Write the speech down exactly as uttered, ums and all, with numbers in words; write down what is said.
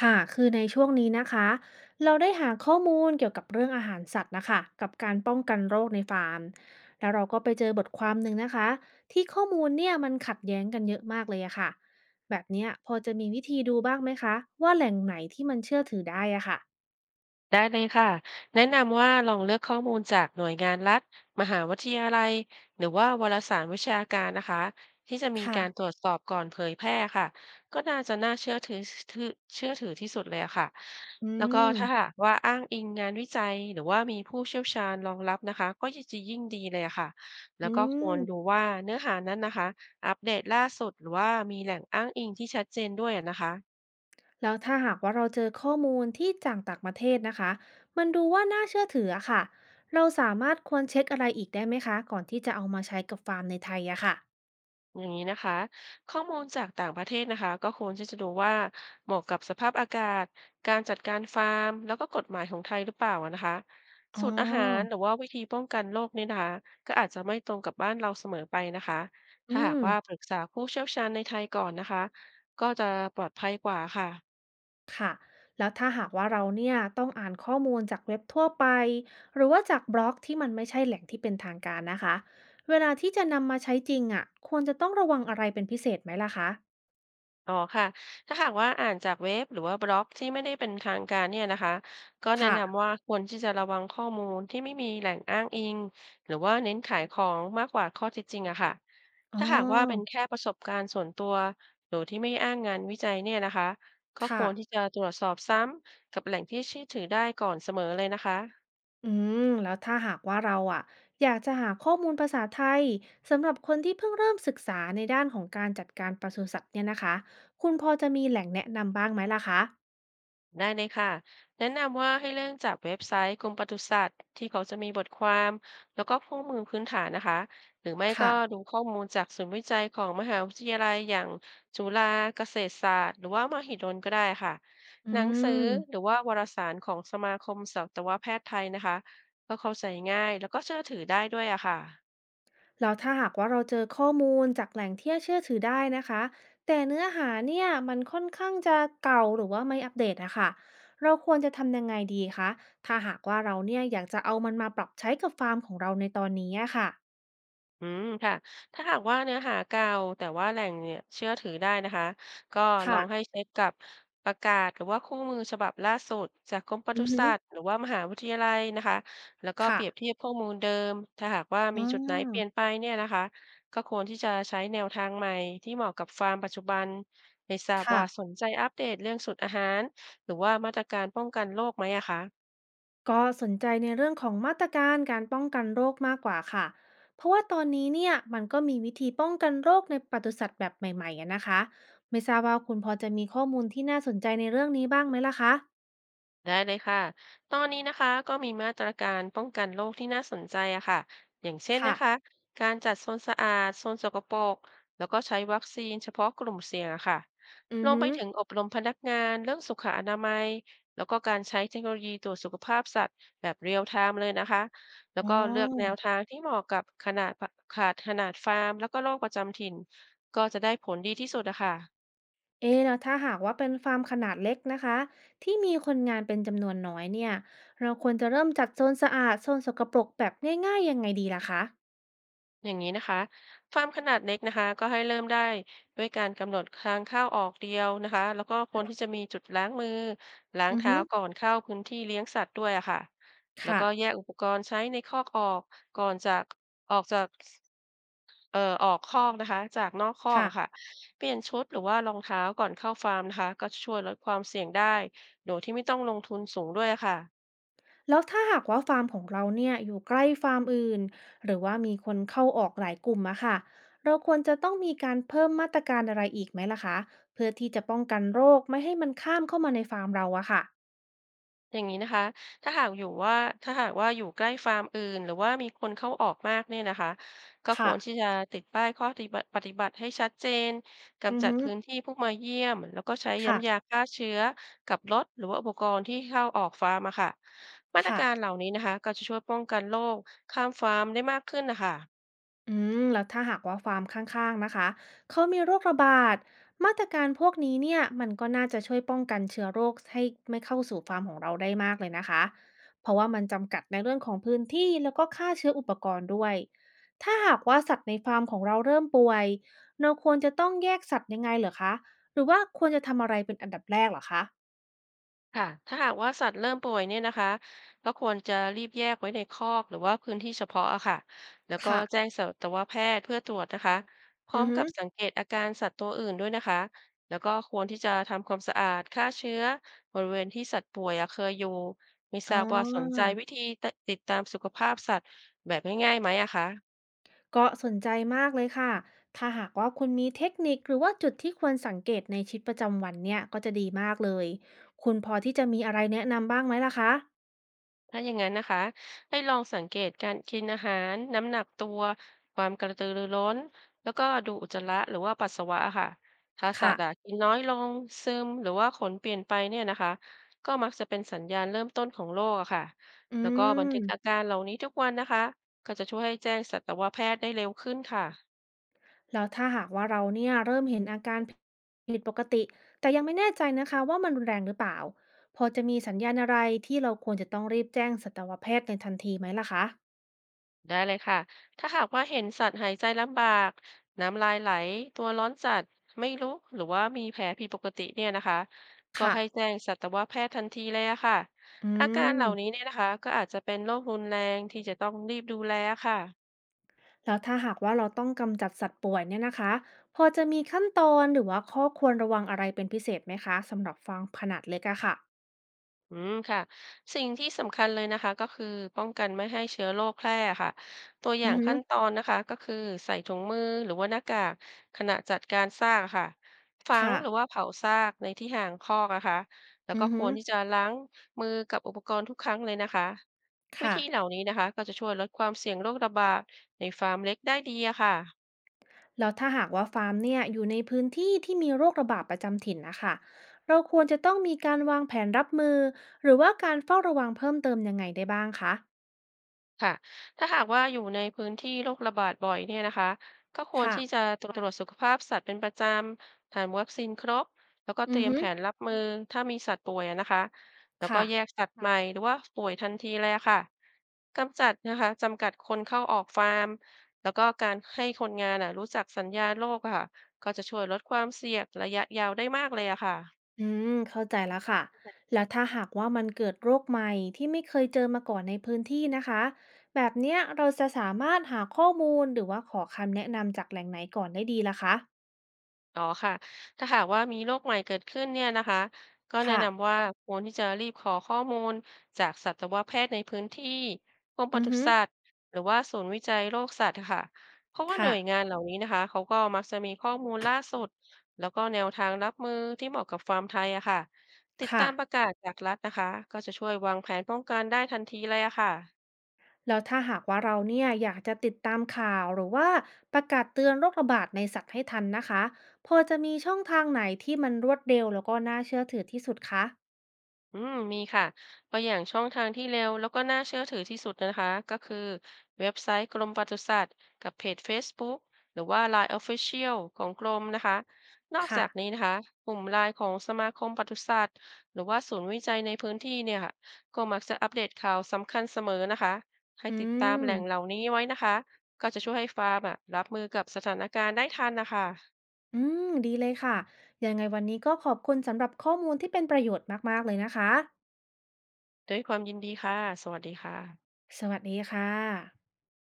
ค่ะคือในช่วงนี้นะคะ เราได้หาข้อมูลเกี่ยวกับเรื่องอาหารสัตว์นะคะกับการป้องกันโรคในฟาร์มแล้วเราก็ไปเจอบทความหนึ่งนะคะ ที่ข้อมูลเนี่ยมันขัดแย้งกันเยอะมากเลยอะค่ะแบบเนี้ยพอจะมีวิธีดูบ้างไหมคะ ว่าแหล่งไหนที่มันเชื่อถือได้อะค่ะได้เลยค่ะแนะนำว่าลองเลือกข้อมูลจากหน่วยงานรัฐมหาวิทยาลัยหรือว่าวารสารวิชาการนะคะที่จะมีค่ะการตรวจสอบก่อนเผยแพร่ค่ะก็น่าจะน่าเชื่อถือถือเชื่อถือที่สุดเลยอะค่ะอืแล้วก็ม ถ้าหากว่าอ้างอิงงานวิจัยหรือว่ามีผู้เชี่ยวชาญรองรับนะคะก็จะยิ่งดีเลยอะค่ะแล้อืวก็ควรดูม ว่าเนื้อหานั้นนะคะอัปเดตล่าสุดหรือว่ามีแหล่งอ้างอิงที่ชัดเจนด้วยอะนะคะ แล้วถ้าหากว่าเราเจอข้อมูลที่จากต่างประเทศนะคะมันดูว่าน่าเชื่อถืออะค่ะเราสามารถควรเช็คอะไรอีกได้ไหมคะก่อนที่จะเอามาใช้กับฟาร์มในไทยอะค่ะ อย่างนี้นะคะข้อมูลจากต่างประเทศนะคะก็ควรที่จะดูว่าเหมาะกับสภาพอากาศการจัดการฟาร์มแล้วก็กฎหมายของไทยหรือเปล่าอะนะคะอ๋สูตรอาหารอหรือว่าวิธีป้องกันโรคเนี่ยนะคะก็อาจจะไม่ตรงกับบ้านเราเสมอไปนะคะอืถ้าหากม ว่าปรึกษาผู้เชี่ยวชาญในไทยก่อนนะคะก็จะปลอดภัยกว่าค่ะ ค่ะแล้วถ้าหากว่าเราเนี่ยต้องอ่านข้อมูลจากเว็บทั่วไปหรือว่าจากบล็อกที่มันไม่ใช่แหล่งที่เป็นทางการนะคะ เวลาที่จะนำมาใช้จริงอ่ะ ควรจะต้องระวังอะไรเป็นพิเศษไหมล่ะคะอ๋อค่ะถ้าหากว่าอ่านจากเว็บหรือว่าบล็อกที่ไม่ได้เป็นทางการเนี่ยนะคะก็แนะค่ะนำว่าควรที่จะระวังข้อมูลที่ไม่มีแหล่งอ้างอิงหรือว่าเน้นขายของมากกว่าข้อเท็จจริงอะค่ะอ๋อถ้าหากว่าเป็นแค่ประสบการณ์ส่วนตัวหรือที่ไม่อ้างงานวิจัยเนี่ยนะคะก็คค่ะ วรที่จะตรวจสอบซ้ำกับแหล่งที่เชื่อถือได้ก่อนเสมอเลยนะคะ อืม แล้วถ้าหากว่าเราอ่ะอยากจะหาข้อมูลภาษาไทยสำหรับคนที่เพิ่งเริ่มศึกษาในด้านของการจัดการปศุสัตว์เนี่ยนะคะคุณพอจะมีแหล่งแนะนำบ้างไหมล่ะคะได้เลยค่ะแนะนำว่าให้เริ่มจากเว็บไซต์กรมปศุสัตว์ที่เขาจะมีบทความแล้วก็ข้อมูลพื้นฐานนะคะหรือไม่ก็ค่ะดูข้อมูลจากศูนย์วิจัยของมหาวิทยาลัยอย่างจุฬาเกษตรศาสตร์หรือว่ามหิดลก็ได้ค่ะอืหนังสือหรืม อว่าวารสารของสมาคมสัตวแพทย์ไทยนะคะก็เข้าใจง่ายแล้วก็เชื่อถือได้ด้วยอะค่ะ แล้วถ้าหากว่าเราเจอข้อมูลจากแหล่งที่เชื่อถือได้นะคะแต่เนื้อหาเนี่ยมันค่อนข้างจะเก่าหรือว่าไม่อัปเดตอะค่ะเราควรจะทำยังไงดีคะถ้าหากว่าเราเนี่ยอยากจะเอามันมาปรับใช้กับฟาร์มของเราในตอนนี้อะค่ะอืมค่ะถ้าหากว่าเนื้อหาเก่าแต่ว่าแหล่งเนี่ยเชื่อถือได้นะคะก็ลองให้ค่ะเช็คกับประกาศหรือว่าคู่มือฉบับล่าสุดจากกรมปอืศุอฮึสัตว์หรือว่ามหาวิทยาลัยนะคะแล้วก็เปค่ะรียบเทียบข้อมูลเดิมถ้าหากว่ามีอ๋อจุดไหนเปลี่ยนไปเนี่ยนะคะก็ควรที่จะใช้แนวทางใหม่ที่เหมาะกับฟาร์มปัจจุบันไม่ทราบค่ะ ว่าสนใจอัปเดตเรื่องสูตรอาหารหรือว่ามาตรการป้องกันโรคไหมอะคะ ก็สนใจในเรื่องของมาตรการการป้องกันโรคมากกว่าค่ะ เพราะว่าตอนนี้เนี่ยมันก็มีวิธีป้องกันโรคในปศุสัตว์แบบใหม่ๆอะนะคะไม่ทราบว่าคุณพอจะมีข้อมูลที่น่าสนใจในเรื่องนี้บ้างไหมล่ะคะได้เลยค่ะ ตอนนี้นะคะก็มีมาตรการป้องกันโรคที่น่าสนใจอะค่ะอย่างเช่นค่ะนะคะ การจัดโซนสะอาดโซนสกปรกแล้วก็ใช้วัคซีนเฉพาะกลุ่มเสี่ยงอะค่ะอืลองฮึไปถึงอบรมพนักงานเรื่องสุขอนามัยแล้วก็การใช้เทคโนโลยีตรวจสุขภาพสัตว์แบบเรียลไทม์เลยนะคะ แล้วอ๋ก็เลือกแนวอทางที่เหมาะกับขนาดขาดขนาดฟาร์มแล้วก็โรคประจำถิ่นก็จะได้ผลดีที่สุดอะค่ะ เอะแล้วถ้าหากว่าเป็นฟาร์มขนาดเล็กนะคะที่มีคนงานเป็นจำนวนน้อยเนี่ยเราควรจะเริ่มจัดโซนสะอาดโซนสกปรกแบบง่ายๆยังไงดีล่ะคะอย่างนี้นะคะฟาร์มขนาดเล็กนะคะก็ให้เริ่มได้ด้วยการกำหนดทางเข้าออกเดียวนะคะแล้วก็คนที่จะมีจุดล้างมือล้างอือเท้าฮึก่อนเข้าพื้นที่เลี้ยงสัตว์ด้วยอะค่ะแล้วค่ะก็แยกอุปกรณ์ใช้ในคอกออกก่อนจากออกจากเอ่อออกคอกนะคะจากนอกคอกค่ะ อะค่ะเปลี่ยนชุดหรือว่ารองเท้าก่อนเข้าฟาร์มนะคะก็ช่วยลดความเสี่ยงได้โดยที่ไม่ต้องลงทุนสูงด้วยอะค่ะ แล้วถ้าหากว่าฟาร์มของเราเนี่ยอยู่ใกล้ฟาร์มอื่นหรือว่ามีคนเข้าออกหลายกลุ่มอะค่ะเราควรจะต้องมีการเพิ่มมาตรการอะไรอีกไหมล่ะคะเพื่อที่จะป้องกันโรคไม่ให้มันข้ามเข้ามาในฟาร์มเราอะค่ะอย่างนี้นะคะถ้าหากอยู่ว่าถ้าหากว่าอยู่ใกล้ฟาร์มอื่นหรือว่ามีคนเข้าออกมากเนี่ยนะคะก็คค่ะวรที่จะติดป้ายข้อปฏิบัติปฏิบัติให้ชัดเจนอืกำอจัดฮึพื้นที่ผู้มาเยี่ยมแล้วก็ใช้ย้ำยาค่ะฆ่าเชื้อกับรถหรือว่าอุปกรณ์ที่เข้าออกฟาร์มอะค่ะมาตรค่ะ การเหล่านี้นะคะก็จะช่วยป้องกันโรคข้ามฟาร์มได้มากขึ้นนะคะ อืมแล้วถ้าหากว่าฟาร์มข้างๆนะคะเขามีโรคระบาดมาตรการพวกนี้เนี่ยมันก็น่าจะช่วยป้องกันเชื้อโรคให้ไม่เข้าสู่ฟาร์มของเราได้มากเลยนะคะเพราะว่ามันจำกัดในเรื่องของพื้นที่แล้วก็ค่าเชื้ออุปกรณ์ด้วยถ้าหากว่าสัตว์ในฟาร์มของเราเริ่มป่วยเราควรจะต้องแยกสัตว์ยังไงเหรอคะหรือว่าควรจะทำอะไรเป็นอันดับแรกเหรอคะค่ะถ้าหากว่าสัตว์เริ่มป่วยเนี่ยนะคะ ก็ควรจะรีบแยกไว้ในคอกหรือว่าพื้นที่เฉพาะอะค่ะแล้วก็ค่ะแจ้งสัตวแพทย์เพื่อตรวจนะคะพร้ออืมอฮึกับสังเกตอาการสัตว์ตัวอื่นด้วยนะคะ แล้วก็ควรที่จะทำความสะอาดฆ่าเชื้อบริเวณที่สัตว์ป่วยอะเคยอยู่ไม่ทอ๋ราบว่าสนใจวิอ ธีติดตามสุขภาพสัตว์แบบง่ายๆไหมอะคะ ก็สนใจมากเลยค่ะ ถ้าหากว่าคุณมีเทคนิคหรือว่าจุดที่ควรสังเกตในชีวิตประจำวันเนี่ยก็จะดีมากเลย คุณพอที่จะมีอะไรแนะนำบ้างไหมล่ะคะ ถ้าอย่างนั้นนะคะให้ลองสังเกตการกินอาหารน้ำหนักตัวความกระตือรือร้นแล้วก็ดูอุจจาระหรือว่าปัสสาวะค่ะถ้าสัตว์อะค่ะ กินน้อยลงซึมหรือว่าขนเปลี่ยนไปเนี่ยนะคะก็มักจะเป็นสัญญาณเริ่มต้นของโรคอะค่ะอืแล้วก็บันทึมกอาการเหล่านี้ทุกวันนะคะก็จะช่วยให้แจ้งสัตวแพทย์ได้เร็วขึ้นค่ะ แล้วถ้าหากว่าเราเนี่ยเริ่มเห็นอาการผิดปกติ แต่ยังไม่แน่ใจนะคะว่ามันรุนแรงหรือเปล่า พอจะมีสัญญาณอะไรที่เราควรจะต้องรีบแจ้งสัตวแพทย์ในทันทีไหมล่ะคะได้เลยค่ะ ถ้าหากว่าเห็นสัตว์หายใจลำบาก น้ำลายไหล ตัวร้อนจัดไม่รู้หรือว่ามีแผลผิดปกติเนี่ยนะคะ ก็ค่ะให้แจ้งสัตวแพทย์ทันทีเลยอะค่ะ อือาการม เหล่านี้เนี่ยนะคะ ก็อาจจะเป็นโรครุนแรงที่จะต้องรีบดูแลค่ะ แล้วถ้าหากว่าเราต้องกำจัดสัตว์ป่วยเนี่ยนะคะพอจะมีขั้นตอนหรือว่าข้อควรระวังอะไรเป็นพิเศษไหมคะสำหรับฟาร์มขนาดเล็กอะค่ะอืมค่ะสิ่งที่สำคัญเลยนะคะก็คือป้องกันไม่ให้เชื้อโรคแพร่ค่ะตัวอย่าอืองฮึขั้นตอนนะคะก็คือใส่ถุงมือหรือว่าหน้ากากขณะจัดการซากค่ะฝังหรือค่ะว่าเผาซากในที่ห่างคอกนะคะแล้วอืก็อคฮึวรที่จะล้างมือกับอุปกรณ์ทุกครั้งเลยนะคะวิค่ะธีเหล่านี้นะคะก็จะช่วยลดความเสี่ยงโรคระบาดในฟาร์มเล็กได้ดีอะค่ะ แล้วถ้าหากว่าฟาร์มเนี่ยอยู่ในพื้นที่ที่มีโรคระบาดประจำถิ่นนะคะเราควรจะต้องมีการวางแผนรับมือหรือว่าการเฝ้าระวังเพิ่มเติมยังไงได้บ้างคะค่ะถ้าหากว่าอยู่ในพื้นที่โรคระบาดบ่อยเนี่ยนะคะก็ควรที่จะค่ะตรวจสุขภาพสัตว์เป็นประจำทานวัคซีนครบ แล้วก็เตอืรีอยมฮึแผนรับมือถ้ามีสัตว์ป่วยอะนะคะแล้วก็ค่ะ แยกสัตว์ใหม่หรือว่าป่วยทันทีเลยอะค่ะกำจัดนะคะจำกัดคนเข้าออกฟาร์ม แล้วก็การให้คนงานอะรู้จักสัญญาณโรคอะค่ะก็จะช่วยลดความเสี่ยงระยะยาวได้มากเลยอะค่ะ อืมเข้าใจแล้วค่ะแล้วถ้าหากว่ามันเกิดโรคใหม่ที่ไม่เคยเจอมาก่อนในพื้นที่นะคะแบบเนี้ยเราจะสามารถหาข้อมูลหรือว่าขอคำแนะนำจากแหล่งไหนก่อนได้ดีล่ะคะอ๋อค่ะ ถ้าหากว่ามีโรคใหม่เกิดขึ้นเนี่ยนะคะก็แนะค่ะนำว่าควรที่จะรีบขอข้อมูลจากสัตวแพทย์ในพื้นที่กรมปอือศุฮึสัตว์หรือว่าศูนย์วิจัยโรคสัตว์ค่ะเพราะว่าหน่ค่ะวยงานเหล่านี้นะคะเขาก็มักจะมีข้อมูลล่าสุดแล้วก็แนวทางรับมือที่เหมาะกับฟาร์มไทยอะค่ะติดตาค่ะมประกาศจากรัฐนะคะก็จะช่วยวางแผนป้องกันได้ทันทีเลยอะค่ะ แล้วถ้าหากว่าเราเนี่ยอยากจะติดตามข่าวหรือว่าประกาศเตือนโรคระบาดในสัตว์ให้ทันนะคะพอจะมีช่องทางไหนที่มันรวดเร็วแล้วก็น่าเชื่อถือที่สุดคะอืมมีค่ะตัวอย่างช่องทางที่เร็วแล้วก็น่าเชื่อถือที่สุดนะคะก็คือเว็บไซต์กรมปศุสัตว์กับเพจเฟซบุ๊กหรือว่า l i อ e Official ของกรมนะคะนอกค่ะจากนี้นะคะกลุ่มไลน์ของสมาคมปศุสัตว์หรือว่าศูนย์วิจัยในพื้นที่เนี่ยค่ะก็มักจะอัปเดตข่าวสำคัญเสมอนะคะให้อืติดตามแหล่งเหม ล่านี้ไว้นะคะก็จะช่วยให้ฟาร์มอะรับมือกับสถานการณ์ได้ทันนะคะอืมดีเลยค่ะ ยังไงวันนี้ก็ขอบคุณสำหรับข้อมูลที่เป็นประโยชน์มากๆเลยนะคะ ด้วยความยินดีค่ะสวัสดีค่ะสวัสดีค่ะ